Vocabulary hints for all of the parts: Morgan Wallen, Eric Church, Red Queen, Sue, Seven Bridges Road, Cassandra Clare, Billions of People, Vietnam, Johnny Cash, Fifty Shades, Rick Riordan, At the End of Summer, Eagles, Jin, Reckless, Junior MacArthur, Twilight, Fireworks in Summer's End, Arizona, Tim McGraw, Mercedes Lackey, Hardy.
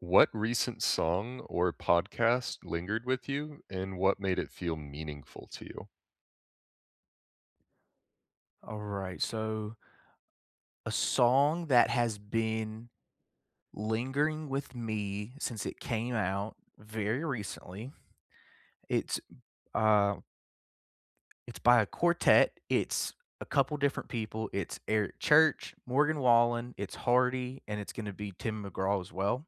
What recent song or podcast lingered with you, and what made it feel meaningful to you? Alright, so a song that has been lingering with me since it came out very recently. It's, uh it's by a quartet, it's a couple different people. It's Eric Church, Morgan Wallen, it's Hardy, and it's gonna be Tim McGraw as well.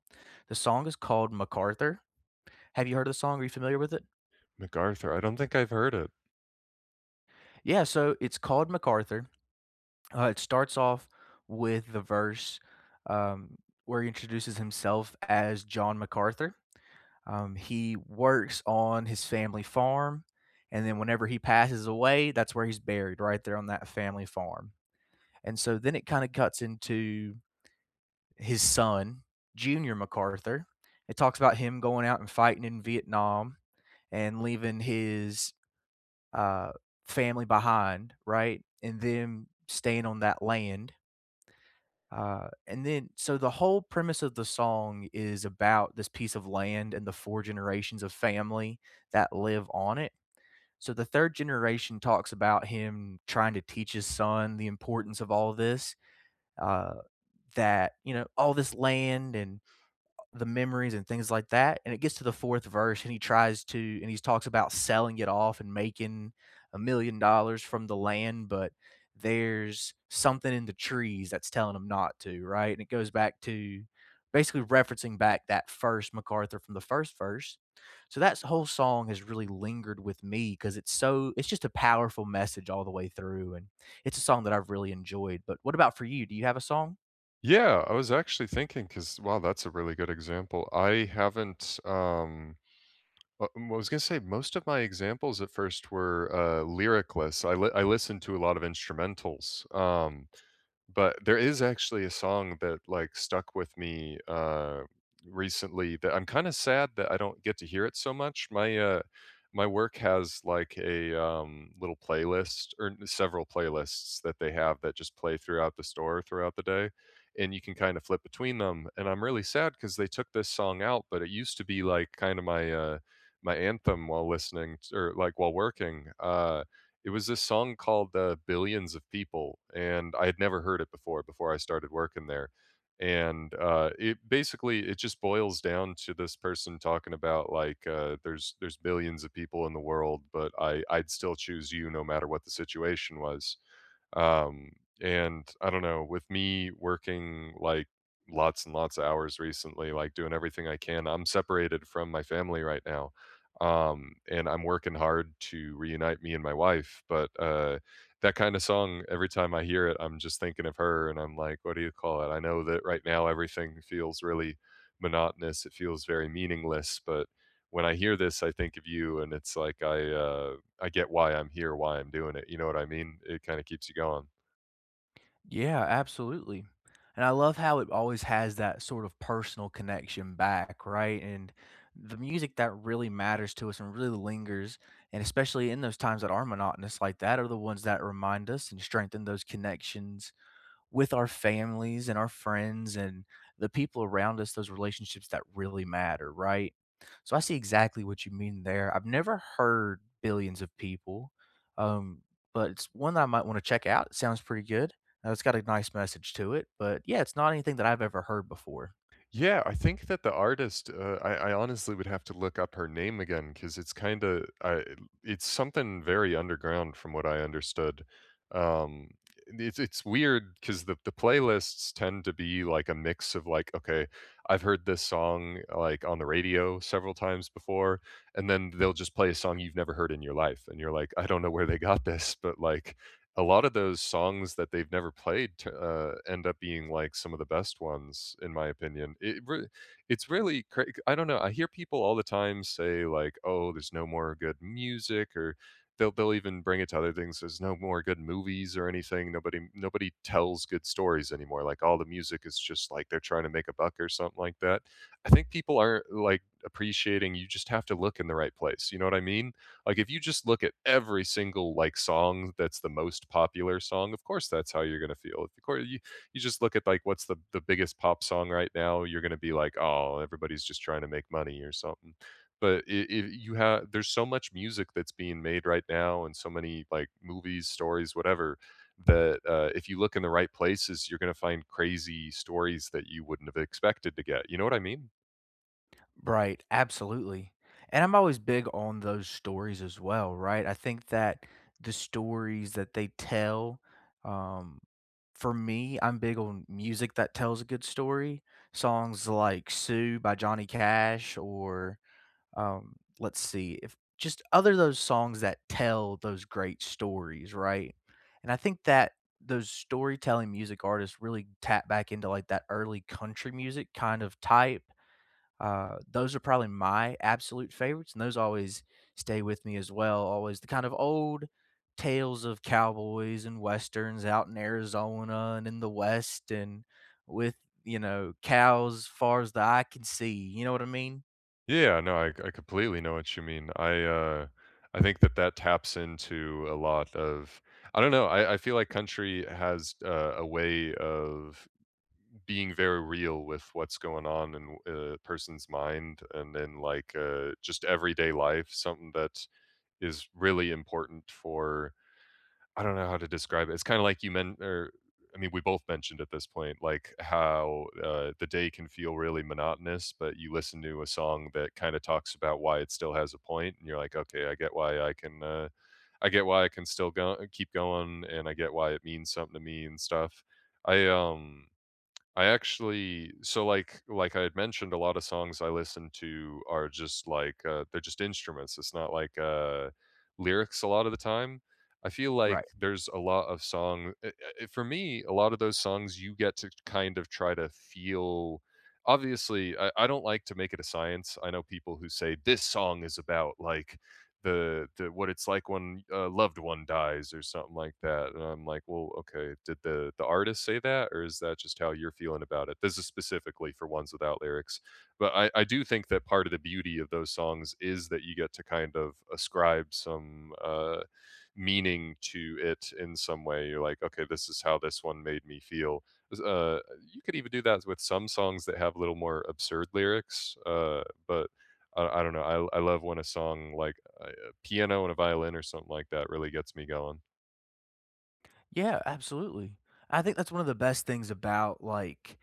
The song is called "MacArthur." Have you heard of the song? Are you familiar with it? MacArthur, I don't think I've heard it. Yeah, so it's called "MacArthur." It starts off with the verse, um, where he introduces himself as John MacArthur. He works on his family farm, and then whenever he passes away, that's where he's buried, right there on that family farm. And so then it kind of cuts into his son, Junior MacArthur. It talks about him going out and fighting in Vietnam and leaving his uh, family behind, right? And them staying on that land. And then, so the whole premise of the song is about this piece of land and the four generations of family that live on it. So the third generation talks about him trying to teach his son the importance of all this, uh, that, you know, all this land and the memories and things like that. And it gets to the fourth verse, and he tries to, and he talks about selling it off and making $1 million from the land, but there's something in the trees that's telling him not to, right? And it goes back to basically referencing back that first MacArthur from the first verse. So that whole song has really lingered with me because it's so, it's just a powerful message all the way through. And it's a song that I've really enjoyed. But what about for you? Do you have a song? Yeah, I was actually thinking because wow, that's a really good example. I haven't. I was gonna say most of my examples at first were lyricless. I listened to a lot of instrumentals. But there is actually a song that, like, stuck with me, recently that I'm kinda sad that I don't get to hear it so much. My my work has, like, a, little playlist or several playlists that they have that just play throughout the store throughout the day, and you can kinda flip between them, and I'm really sad because they took this song out, but it used to be, like, kinda my my anthem while listening t or, like, while working, it was this song called, "Billions of People," and I had never heard it before, before I started working there, and, it basically it just boils down to this person talking about, like, "There's billions of people in the world, but I'd still choose you no matter what the situation was." Um, and I don't know, with me working like lots and lots of hours recently, like doing everything I can, I'm separated from my family right now. And I'm working hard to reunite me and my wife. But that kind of song, every time I hear it, I'm just thinking of her and I'm like, what do you call it? I know that right now everything feels really monotonous, it feels very meaningless. But when I hear this, I think of you, and it's like I get why I'm here, why I'm doing it. You know what I mean? It kind of keeps you going. Yeah, absolutely. And I love how it always has that sort of personal connection back, right? And the music that really matters to us and really lingers, and especially in those times that are monotonous like that, are the ones that remind us and strengthen those connections with our families and our friends and the people around us, those relationships that really matter, right? So I see exactly what you mean there. I've never heard Billions of People, um, but it's one that I might want to check out. It sounds pretty good. It's got a nice message to it, but yeah, it's not anything that I've ever heard before. Yeah, I think that the artist, I honestly would have to look up her name again because it's kind of, I it's something very underground from what I understood. Um, it's weird because the playlists tend to be like a mix of like, okay, I've heard this song like on the radio several times before, and then they'll just play a song you've never heard in your life, and you're like, I don't know where they got this, but like a lot of those songs that they've never played t end up being, like, some of the best ones, in my opinion. It's really cra I don't know, I hear people all the time say, like, "Oh, there's no more good music," or they'll even bring it to other things, "There's no more good movies or anything, nobody tells good stories anymore," like, all the music is just, like, they're trying to make a buck or something like that. I think people aren't, like, appreciating you just have to look in the right place, you know what I mean? Like if you just look at every single like song that's the most popular song, of course that's how you're gonna feel. Of course, you just look at like what's the biggest pop song right now, you're gonna be like, oh, everybody's just trying to make money or something. But I if you have, there's so much music that's being made right now, and so many like movies, stories, whatever. That if you look in the right places, you're going to find crazy stories that you wouldn't have expected to get. You know what I mean? Right, absolutely. And I'm always big on those stories as well, right? I think that the stories that they tell, um, for me, I'm big on music that tells a good story. Songs like Sue by Johnny Cash or let's see, if just other those songs that tell those great stories, right? And I think that those storytelling music artists really tap back into like that early country music kind of type. Those are probably my absolute favorites, and those always stay with me as well. Always the kind of old tales of cowboys and westerns out in Arizona and in the West and with, you know, cows far as the eye can see. You know what I mean? Yeah, no, I completely know what you mean. I think that that taps into a lot of I don't know, I feel like country has, a way of being very real with what's going on in a person's mind and in, like, just everyday life, something that is really important for I don't know how to describe it. It's kinda like you men or I mean, we both mentioned at this point, like, how, the day can feel really monotonous, but you listen to a song that kinda talks about why it still has a point, and you're like, "Okay, I get why I get why I can still go keep going, and I get why it means something to me and stuff." I, um I actually like I had mentioned, a lot of songs I listen to are just like, they're just instruments. It's not like, lyrics a lot of the time. I feel like Right. there's a lot of for me, a lot of those songs you get to kind of try to feel obviously, I don't like to make it a science. I know people who say, "This song is about, like, the what it's like when a loved one dies or something like that. And I'm like, well, okay, did the artist say that, or is that just how you're feeling about it? This is specifically for ones without lyrics, but I do think that part of the beauty of those songs is that you get to kind of ascribe some meaning to it in some way. You're like, okay, this is how this one made me feel. Uh, you could even do that with some songs that have a little more absurd lyrics, but. I don't know. I love when a song like uh, piano and a violin or something like that really gets me going. Yeah, absolutely. I think that's one of the best things about like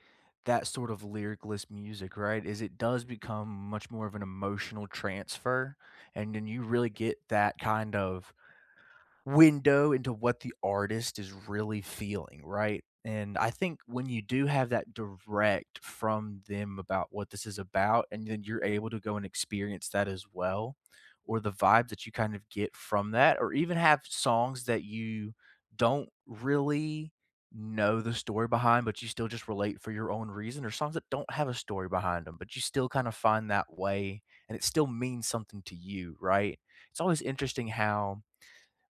that sort of lyricless music, right? Is it does become much more of an emotional transfer, and then you really get that kind of window into what the artist is really feeling, right? And I think when you do have that direct from them about what this is about, and then you're able to go and experience that as well, or the vibe that you kind of get from that, or even have songs that you don't really know the story behind, but you still just relate for your own reason, or songs that don't have a story behind them, but you still kind of find that way and it still means something to you, right? It's always interesting how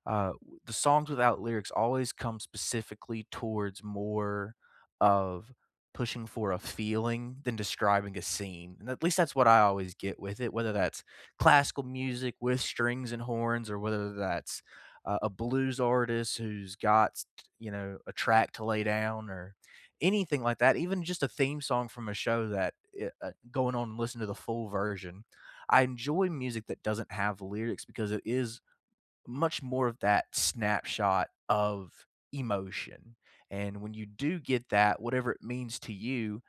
uh, the songs without lyrics always come specifically towards more of pushing for a feeling than describing a scene. And at least that's what I always get with it, whether that's classical music with strings and horns or whether that's a blues artist who's got, you know, a track to lay down or anything like that, even just a theme song from a show that going on and listen to the full version. I enjoy music that doesn't have lyrics because it is much more of that snapshot of emotion. And when you do get that, whatever it means to you,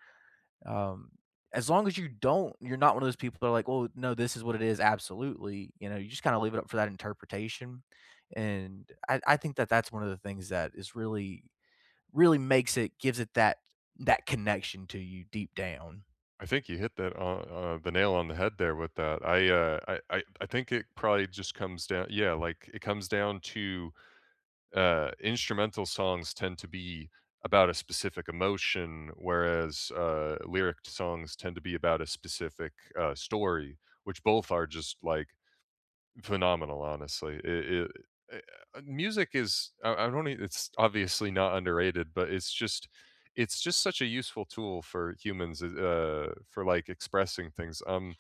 um, as long as you don't, you're not one of those people that are like, "Well, no, this is what it is." Absolutely, you know, you just kind of leave it up for that interpretation. And I think that that's one of the things that is really, really makes it gives it that that connection to you deep down. I think you hit that the nail on the head there with that. I think it probably just comes down, yeah, like it comes down to instrumental songs tend to be about a specific emotion, whereas lyric songs tend to be about a specific story, which both are just like phenomenal, honestly. Eh, Music is I don't e it's obviously not underrated, but it's just such a useful tool for humans, for, like, expressing things. Um,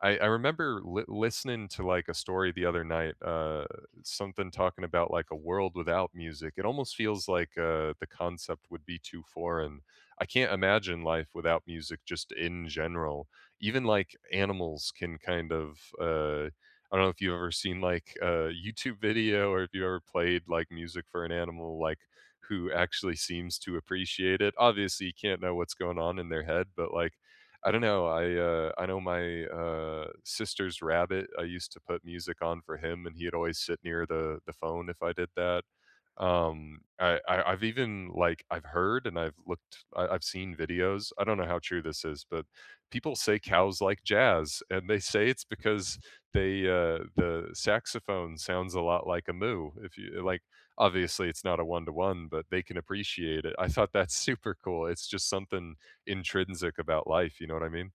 I I remember li listening to, like, a story the other night, something talking about, like, a world without music. It almost feels like, the concept would be too foreign. I can't imagine life without music just in general. Even, like, animals can kind of, I don't know if you've ever seen like a YouTube video or if you ever played like music for an animal like who actually seems to appreciate it. Obviously, you can't know what's going on in their head, but like I don't know. I know my sister's rabbit. I used to put music on for him, and he'd always sit near the phone if I did that. I, I've even I've heard and I've seen videos. I don't know how true this is, but people say cows like jazz, and they say it's because the saxophone sounds a lot like a moo. If you like, obviously it's not a one to one, but they can appreciate it. I thought that's super cool. It's just something intrinsic about life. You know what I mean?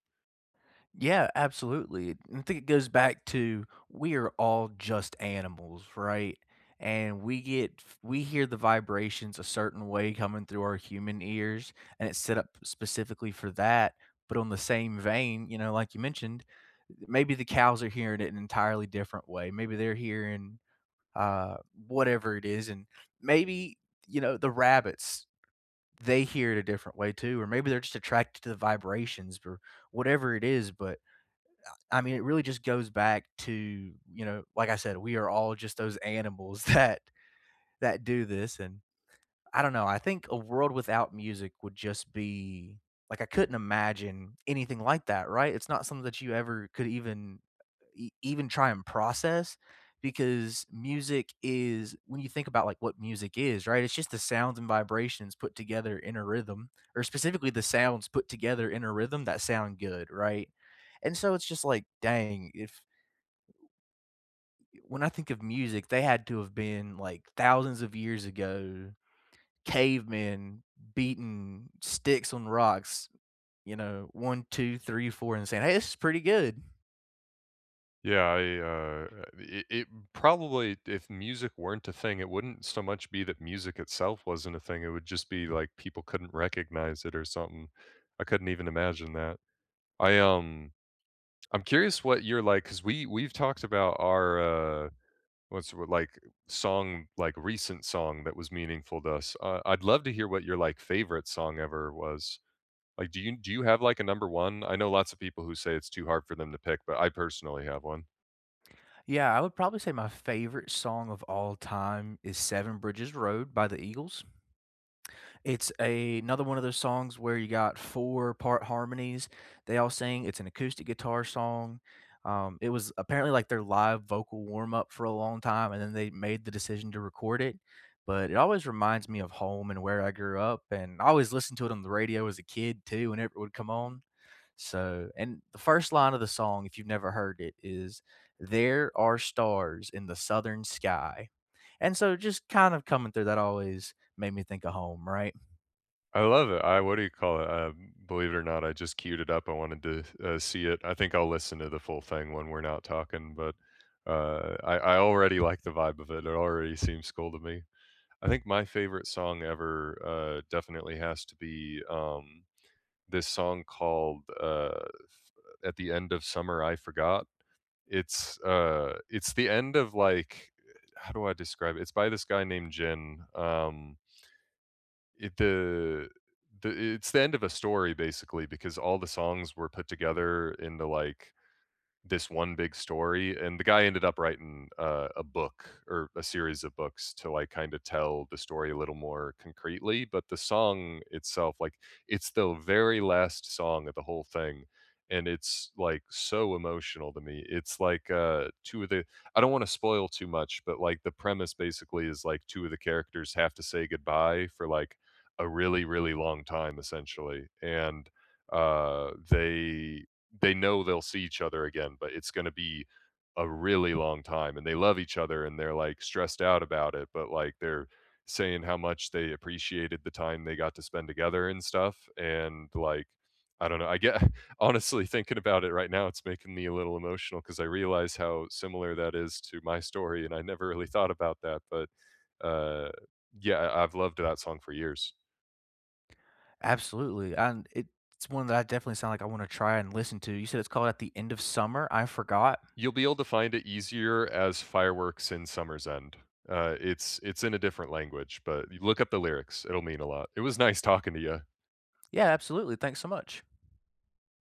Yeah, absolutely. I think it goes back to we are all just animals, right? And we get we hear the vibrations a certain way coming through our human ears, and it's set up specifically for that. But on the same vein, you know, like you mentioned, maybe the cows are hearing it an entirely different way. Maybe they're hearing uh, whatever it is, and maybe you know the rabbits they hear it a different way too, or maybe they're just attracted to the vibrations or whatever it is. But I mean, it really just goes back to, you know, like I said, we are all just those animals that that do this, and I don't know, I think a world without music would just be like, I couldn't imagine anything like that, right? It's not something that you ever could even e even try and process, because music is when you think about, like, what music is, right? It's just the sounds and vibrations put together in a rhythm, or specifically the sounds put together in a rhythm that sound good, right? And so it's just like, dang, if when I think of music, they had to have been, like, thousands of years ago cavemen beating sticks on rocks, you know, one, 2, 3, four, and saying, "Hey, this is pretty good." Yeah, I, it it probably if music weren't a thing, it wouldn't so much be that music itself wasn't a thing, it would just be, like, people couldn't recognize it or something. I couldn't even imagine that. I, um I'm curious what you're like because we've talked about our, what's w like, song like, recent song that was meaningful to us. I'd love to hear what your, like, favorite song ever was. Like, do you have, like, a number 1? I know lots of people who say it's too hard for them to pick, but I personally have one. Yeah, I would probably say my favorite song of all time is Seven Bridges Road by the Eagles. It's a another one of those songs where you got 4-part harmonies. They all sing. It's an acoustic guitar song. It was apparently, like, their live vocal warm-up for a long time, and then they made the decision to record it, but it always reminds me of home and where I grew up, and I always listened to it on the radio as a kid too whenever it would come on. So and the first line of the song, if you've never heard it, is, "There are stars in the southern sky." And so just kind of coming through that always made me think of home, right? I love it. I what do you call it? Believe it or not, I just queued it up. I wanted to see it. I think I'll listen to the full thing when we're not talking, but I already like the vibe of it. It already seems cool to me. I think my favorite song ever definitely has to be this song called f- "At the End of Summer." I forgot. It's the end of how do I describe it? It's by this guy named Jin. It the It's the end of a story basically because all the songs were put together into, like, this one big story, and the guy ended up writing, a book or a series of books to, like, kinda tell the story a little more concretely, but the song itself, like, it's the very last song of the whole thing, and it's, like, so emotional to me. It's like, two of the I don't wanna spoil too much, but, like, the premise basically is, like, two of the characters have to say goodbye for, like, a really, really long time, essentially, and, uh, they they know they'll see each other again, but it's gonna be a really long time, and they love each other, and they're, like, stressed out about it, but, like, they're saying how much they appreciated the time they got to spend together and stuff, and, like, I don't know, I get honestly, thinking about it right now, it's making me a little emotional because I realize how similar that is to my story, and I never really thought about that, but, uh, yeah, I've loved that song for years. Absolutely, and it it's one that I definitely sound like I wanna try and listen to. You said it's called At the End of Summer? I forgot. You'll be able to find it easier as Fireworks in Summer's End. It's in a different language, but you look up the lyrics, it'll mean a lot. It was nice talking to you. Yeah, absolutely, thanks so much.